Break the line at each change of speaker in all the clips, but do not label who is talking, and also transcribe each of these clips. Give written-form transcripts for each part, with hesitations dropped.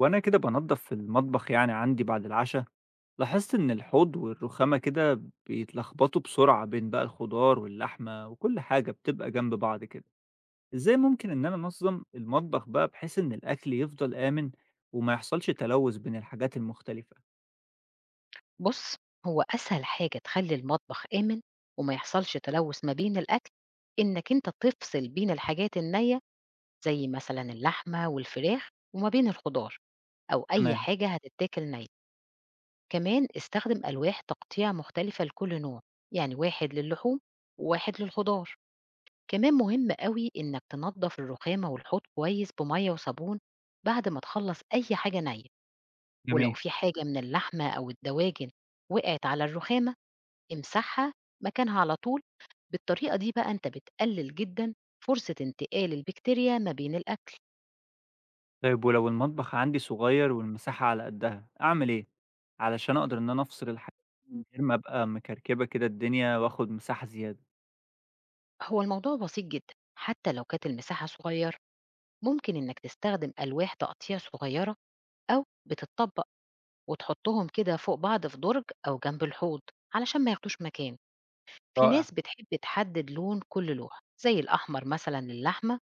وأنا كده بنضف في المطبخ، يعني عندي بعد العشاء لاحظت إن الحوض والرخامة كده بيتلخبطوا بسرعة بين بقى الخضار واللحمة، وكل حاجة بتبقى جنب بعض كده. إزاي ممكن إن أنا أنظم المطبخ بقى بحيث إن الأكل يفضل آمن وما يحصلش تلوث بين الحاجات المختلفة؟
بُص، هو أسهل حاجة تخلّي المطبخ آمن وما يحصلش تلوث ما بين الأكل، إنّك أنت تفصل بين الحاجات النيّة زي مثلًا اللحمة والفراخ وما بين الخضار أو أي
تمام.
حاجة هتتاكل نيّة. كمان استخدم ألواح تقطيع مختلفة لكل نوع، يعني واحد للحوم وواحد للخضار. كمان مهم أوي إنّك تنضّف الرخامة والحوض كويس بمَيّة وصابون بعد ما تخلّص أي حاجة نيّة، ولو
جميل.
في حاجة من اللحمة أو الدواجن وقعت على الرخامة امسحها مكانها على طول، بالطريقة دي بقى أنت بتقلل جدًا فرصة انتقال البكتيريا ما بين الأكل.
طيب، ولو المطبخ عندي صغير والمساحة على قدها أعمل إيه علشان أقدر إن أنا أفصل الحاجات من غير ما أبقى مكركبة كده الدنيا وآخد مساحة زيادة؟
هو الموضوع بسيط جدًا، حتى لو كانت المساحة صغيرة، ممكن إنك تستخدم ألواح تقطيع صغيرة أو بتتطبق وتحطهم كده فوق بعض في درج أو جنب الحوض علشان ما ياخدوش مكان. في
رائع.
ناس بتحب تحدد لون كل لوحة، زي الأحمر مثلًا للحمة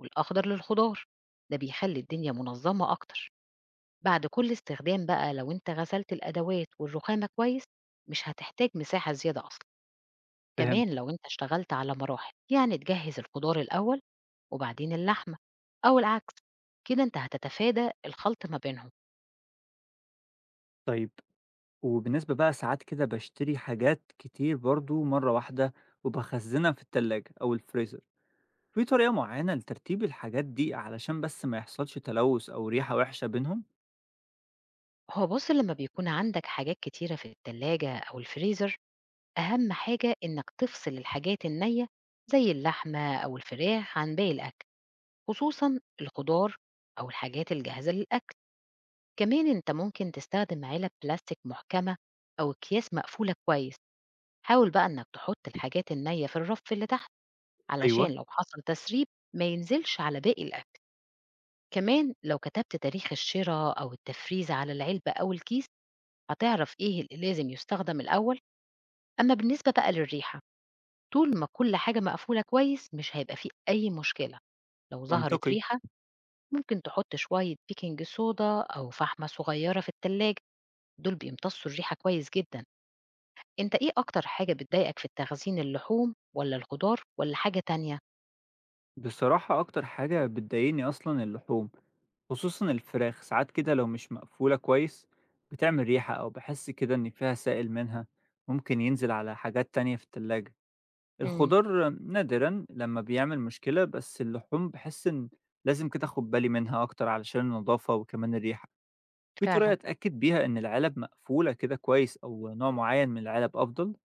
والأخضر للخضار، ده بيخلي الدنيا منظمة أكتر. بعد كل استخدام بقى لو أنت غسلت الأدوات والرخامة كويس مش هتحتاج مساحة زيادة أصلا.
فهمت.
كمان لو أنت اشتغلت على مراحل يعني تجهز الخضار الأول وبعدين اللحمة أو العكس كده أنت هتتفادى الخلط ما بينهم.
طيب، وبالنسبة بقى ساعات كده باشتري حاجات كتير برضه مرّة واحدة، وباخزّنها في التلاجة أو الفريزر، في طريقة معيّنة لترتيب الحاجات دي علشان بس ما يحصلش تلوث أو ريحة وحشة بينهم؟
هو بص لما بيكون عندك حاجات كتيرة في التلاجة أو الفريزر أهم حاجة إنك تفصل الحاجات النية زي اللحمة أو الفراخ عن باقي الأكل، خصوصا الخضار أو الحاجات الجاهزة للأكل. كمان أنت ممكن تستخدم علب بلاستيك محكمة أو أكياس مقفولة كويس. حاول بقى إنك تحط الحاجات النية في الرف اللي تحت
أيوه.
علشان لو حصل تسريب ما ينزلش على باقي الأكل. كمان لو كتبت تاريخ الشراء أو التفريز على العلبة أو الكيس هتعرف إيه اللي لازم يستخدم الأول. أما بالنسبة بقى للريحة، طول ما كل حاجة مقفولة كويس مش هيبقى فيه أي مشكلة. لو ظهرت
منطقي.
ريحة ممكن تحط شوية بيكنج صودا أو فحمة صغيرة في التلاجة، دول بيمتصوا الريحة كويس جدا. أنت إيه أكتر حاجة بتضايقك في التخزين، اللحوم والّا الخضار والّا حاجة تانية؟
بصراحة أكتر حاجة بتضايقني أصلًا اللحوم، خصوصًا الفراخ، ساعات كده لو مش مقفولة كويس بتعمل ريحة أو باحس كده إن فيها سائل منها ممكن ينزل على حاجات تانية في التلاجة.
إمم،
الخضار نادرًا لمّا بيعمل مشكلة، بس اللحوم باحس إن لازم كده آخد بالي منها أكتر علشان النضافة وكمان الريحة. في طريقة
فعلًا.
أتأكد بيها إن العلب مقفولة كده كويس أو نوع معين من العلب أفضل؟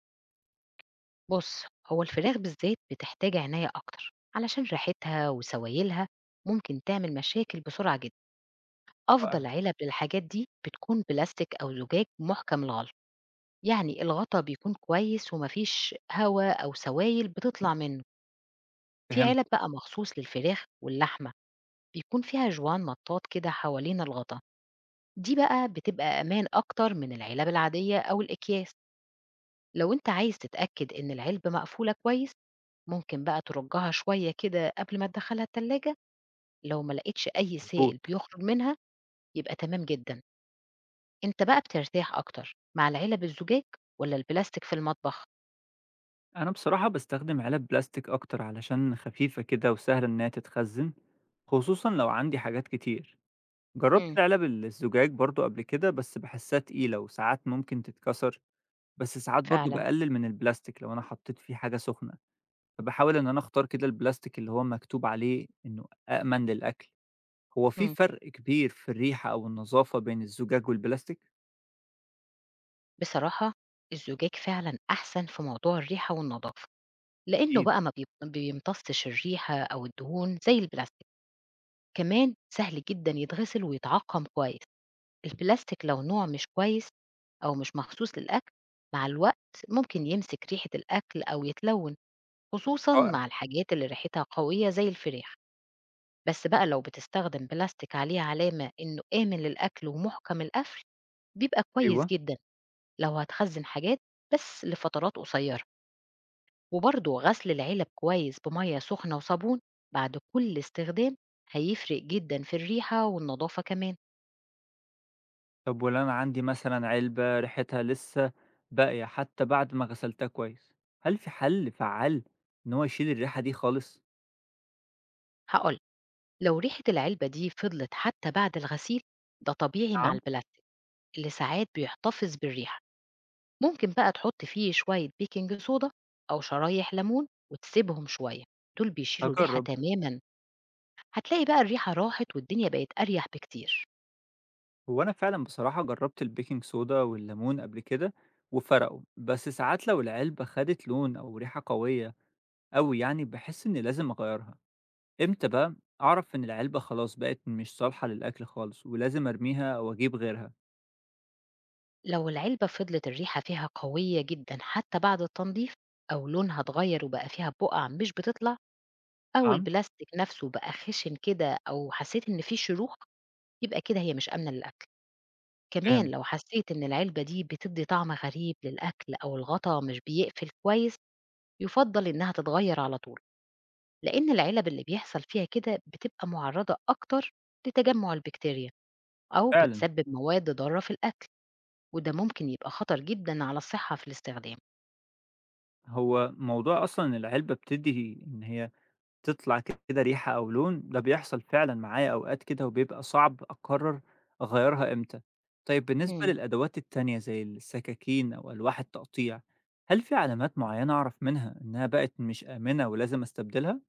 بُص، هو الفراخ بالذات بتحتاج عناية أكتر، علشان ريحتها وسوايلها ممكن تعمل مشاكل بسرعة جدًا.
رائع.
أفضل علب للحاجات دي بتكون بلاستيك أو زجاج محكم الغلق، يعني الغطا بيكون كويس وما فيش هوا أو سوايل بتطلع منه. في
فهمت.
علب بقى مخصوص للفراخ واللحمة، بيكون فيها جوان مطاط كده حوالين الغطا، دي بقى بتبقى أمان أكتر من العلب العادية أو الأكياس. لو أنت عايز تتأكد إن العلبة مقفولة كويس ممكن بقى ترجها شوية كده قبل ما تدخلها التلاجة، لو ما لقيتش أي
مضبوط.
سائل بيخرج منها يبقى تمام جدا. أنت بقى بترتاح أكتر مع العلب الزجاج ولا البلاستيك في المطبخ؟
أنا بصراحة باستخدم علب بلاستيك أكتر علشان خفيفة كده وسهلة إنها تتخزن، خصوصًا لو عندي حاجات كتير. جربت
مم.
العلب الزجاج برضه قبل كده بس باحسها تقيلة وساعات ممكن تتكسر، بس ساعات برضه
فعلا.
باقلل من البلاستيك لو أنا حطيت فيه حاجة سخنة. فباحاول إن أنا أختار كده البلاستيك اللي هو مكتوب عليه إنه أأمن للأكل. هو في
مم.
فرق كبير في الريحة أو النضافة بين الزجاج والبلاستيك؟
بصراحة الزجاج فعلا أحسن في موضوع الريحة والنظافة لأنه
أكيد.
بقى ما بيب- بيمتصش الريحة أو الدهون زي البلاستيك. كمان سهل جدًا يتغسل ويتعقّم كويس، البلاستيك لو نوع مش كويس أو مش مخصوص للأكل، مع الوقت ممكن يمسك ريحة الأكل أو يتلوّن، خصوصًا
رائع.
مع الحاجات اللي ريحتها قوية زي الفراخ، بس بقى لو بتستخدم بلاستيك عليه علامة إنه آمن للأكل ومُحكم القفل، بيبقى كويس
أيوه.
جدًا. لو هتخزّن حاجات بس لفترات قصيرة، وبرضه غسل العلب كويس بمَيّة سخنة وصابون بعد كل استخدام هيفرق جدًا في الريحة والنضافة كمان.
طب ولو أنا عندي مثلًا علبة ريحتها لسه باقية حتى بعد ما غسلتها كويس، هل في حل فعّال إن هو يشيل الريحة دي خالص؟
هاقول، لو ريحة العلبة دي فضلت حتى بعد الغسيل ده طبيعي مع
نعم.
البلاستيك اللي ساعات بيحتفظ بالريحة. ممكن بقى تحط فيه شوية بيكنج صودا أو شرايح ليمون وتسيبهم شوية، دول بيشيلوا الريحة
هاجرب.
تماما. هتلاقي بقى الريحة راحت والدنيا بقت أريح بكتير.
هو أنا فعلًا بصراحة جربت البيكنج صودا والليمون قبل كده وفرقوا، بس ساعات لو العلبة خدت لون أو ريحة قوية أوي يعني باحس إني لازم أغيرها. إمتى بقى أعرف إن العلبة خلاص بقت مش صالحة للأكل خالص ولازم أرميها أو أجيب غيرها؟
لو العلبة فضلت الريحة فيها قوية جدا حتى بعد التنظيف أو لونها اتغير وبقى فيها بقع مش بتطلع أو
نعم.
البلاستيك نفسه بقى خشن كده أو حسيت إن فيه شروخ، يبقى كده هي مش آمنة للأكل. كمان
فهمت.
لو حسيت إن العلبة دي بتدي طعم غريب للأكل أو الغطا مش بيقفل كويس يفضل إنها تتغير على طول، لأن العلب اللي بيحصل فيها كده بتبقى معرضة أكتر لتجمع البكتيريا أو
فعلا.
بتسبب مواد ضارة في الأكل، وده ممكن يبقى خطر جدا على الصحة في الاستخدام.
هو موضوع أصلا إن العلبة بتدي إن هي تطلع كده ريحة أو لون ده بيحصل فعلا معايا أوقات كده وبيبقى صعب أقرر أغيرها إمتى. طيب، بالنسبة
مم.
للأدوات التانية زي السكاكين أو ألواح التقطيع هل في علامات معينة أعرف منها إنها بقت مش آمنة ولازم أستبدلها؟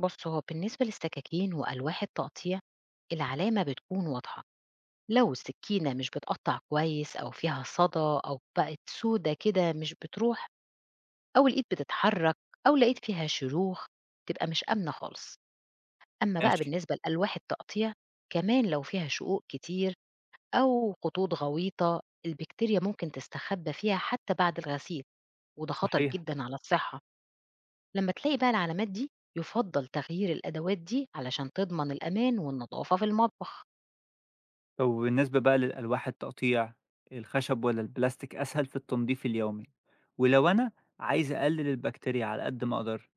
بص، هو بالنسبة للسكاكين وألواح التقطيع العلامة بتكون واضحة. لو السكينة مش بتقطع كويس أو فيها صدى أو بقت سودة كده مش بتروح أو لقيت بتتحرك أو لقيت فيها شروخ تبقى مش آمنة خالص. أمّا بقى
ماشي.
بالنسبة لألواح التقطيع، كمان لو فيها شقوق كتير أو خطوط غويطة، البكتيريا ممكن تستخبى فيها حتى بعد الغسيل، وده خطر
صحيح.
جدًا على الصحة. لمّا تلاقي بقى العلامات دي، يُفضّل تغيير الأدوات دي علشان تضمن الأمان والنضافة في المطبخ.
طب وبالنسبة بقى للألواح التقطيع، الخشب والّا البلاستيك أسهل في التنضيف اليومي؟ ولو أنا عايز أقلل البكتيريا على قد ما أقدر.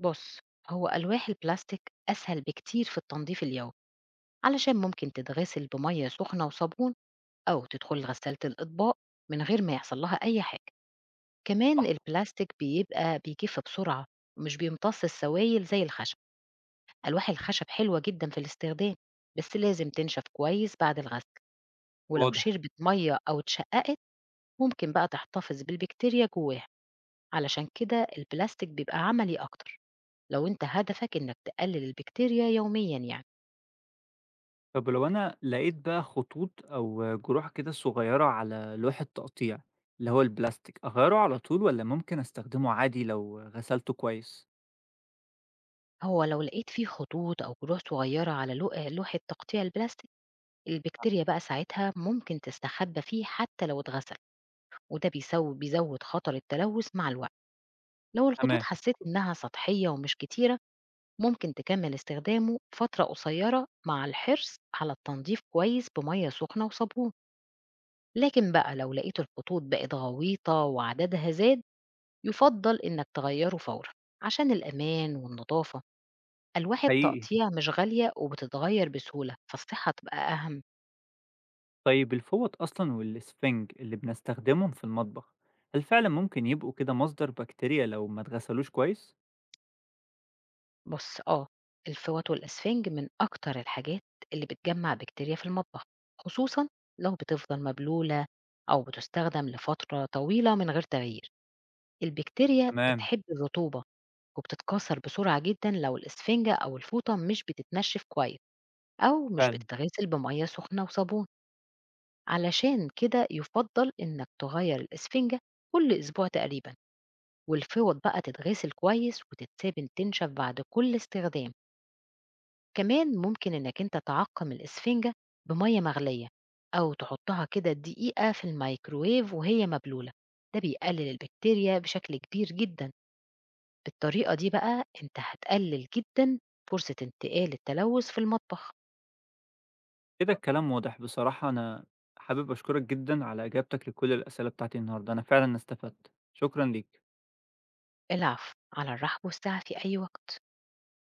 بُص، هو ألواح البلاستيك أسهل بكتير في التنضيف اليومي، علشان ممكن تتغسل بمَيّة سخنة وصابون أو تدخل لغسالة الأطباق من غير ما يحصل لها أي حاجة. كمان
صح.
البلاستيك بيبقى بيجف بسرعة ومش بيمتص السوائل زي الخشب. ألواح الخشب حلوة جدا في الاستخدام بس لازم تنشف كويس بعد الغسل، ولو
واضح.
شربت مية أو اتشققت ممكن بقى تحتفظ بالبكتيريا جواها. علشان كده البلاستيك بيبقى عملي أكتر لو أنت هدفك إنك تقلل البكتيريا يوميا يعني.
طب لو أنا لقيت بقى خطوط أو جروح كده صغيرة على لوح التقطيع اللي هو البلاستيك، أغيره على طول والّا ممكن أستخدمه عادي لو غسلته كويس؟
هو لو لقيت فيه خطوط أو جروح صغيرة على لوحة تقطيع البلاستيك، البكتيريا بقى ساعتها ممكن تستخبى فيه حتى لو اتغسل، وده بيزود خطر التلوث مع الوقت. لو الخطوط
تمام.
حسيت إنها سطحية ومش كتيرة ممكن تكمل استخدامه فترة قصيرة مع الحرص على التنظيف كويس بمية سخنة وصابون، لكن بقى لو لقيت الخطوط بقت غويطة وعددها زاد يفضل إنك تغيره فورا عشان الأمان والنظافة. ألواح
حقيقي.
التقطيع مش غالية وبتتغير بسهولة فالصحة تبقى أهم.
طيب الفوط أصلًا والإسفنج اللي بنستخدمهم في المطبخ، هل فعلًا ممكن يبقوا كده مصدر بكتيريا لو ما اتغسلوش كويس؟
بُص آه، الفوط والأسفنج من أكتر الحاجات اللي بتجمّع بكتيريا في المطبخ، خصوصًا لو بتفضل مبلولة أو بتستخدم لفترة طويلة من غير تغيير. البكتيريا
تمام.
بتحب الرطوبة وبتتكاثر بسرعة جدًا لو الإسفنجة أو الفوطة مش بتتنشف كويس أو مش
فعلًا.
بتتغسل بمَيّة سخنة وصابون. علشان كده يُفضّل إنك تغيّر الإسفنجة كل أسبوع تقريبًا، والفوط بقى تتغسل كويس وتتساب تنشف بعد كل استخدام. كمان ممكن إنك أنت تعقم الإسفنجة بمية مغلية أو تحطها كده دقيقة في الميكروويف وهي مبلولة، ده بيقلل البكتيريا بشكل كبير جدا. بالطريقة دي بقى أنت هتقلل جدا فرصة انتقال التلوث في المطبخ.
كده الكلام واضح، بصراحة أنا حابب أشكرك جدًا على إجابتك لكل الأسئلة بتاعتي النهارده، أنا فعلًا استفدت، شكرًا ليك.
العفو، على الرحب والسعة في أي وقت.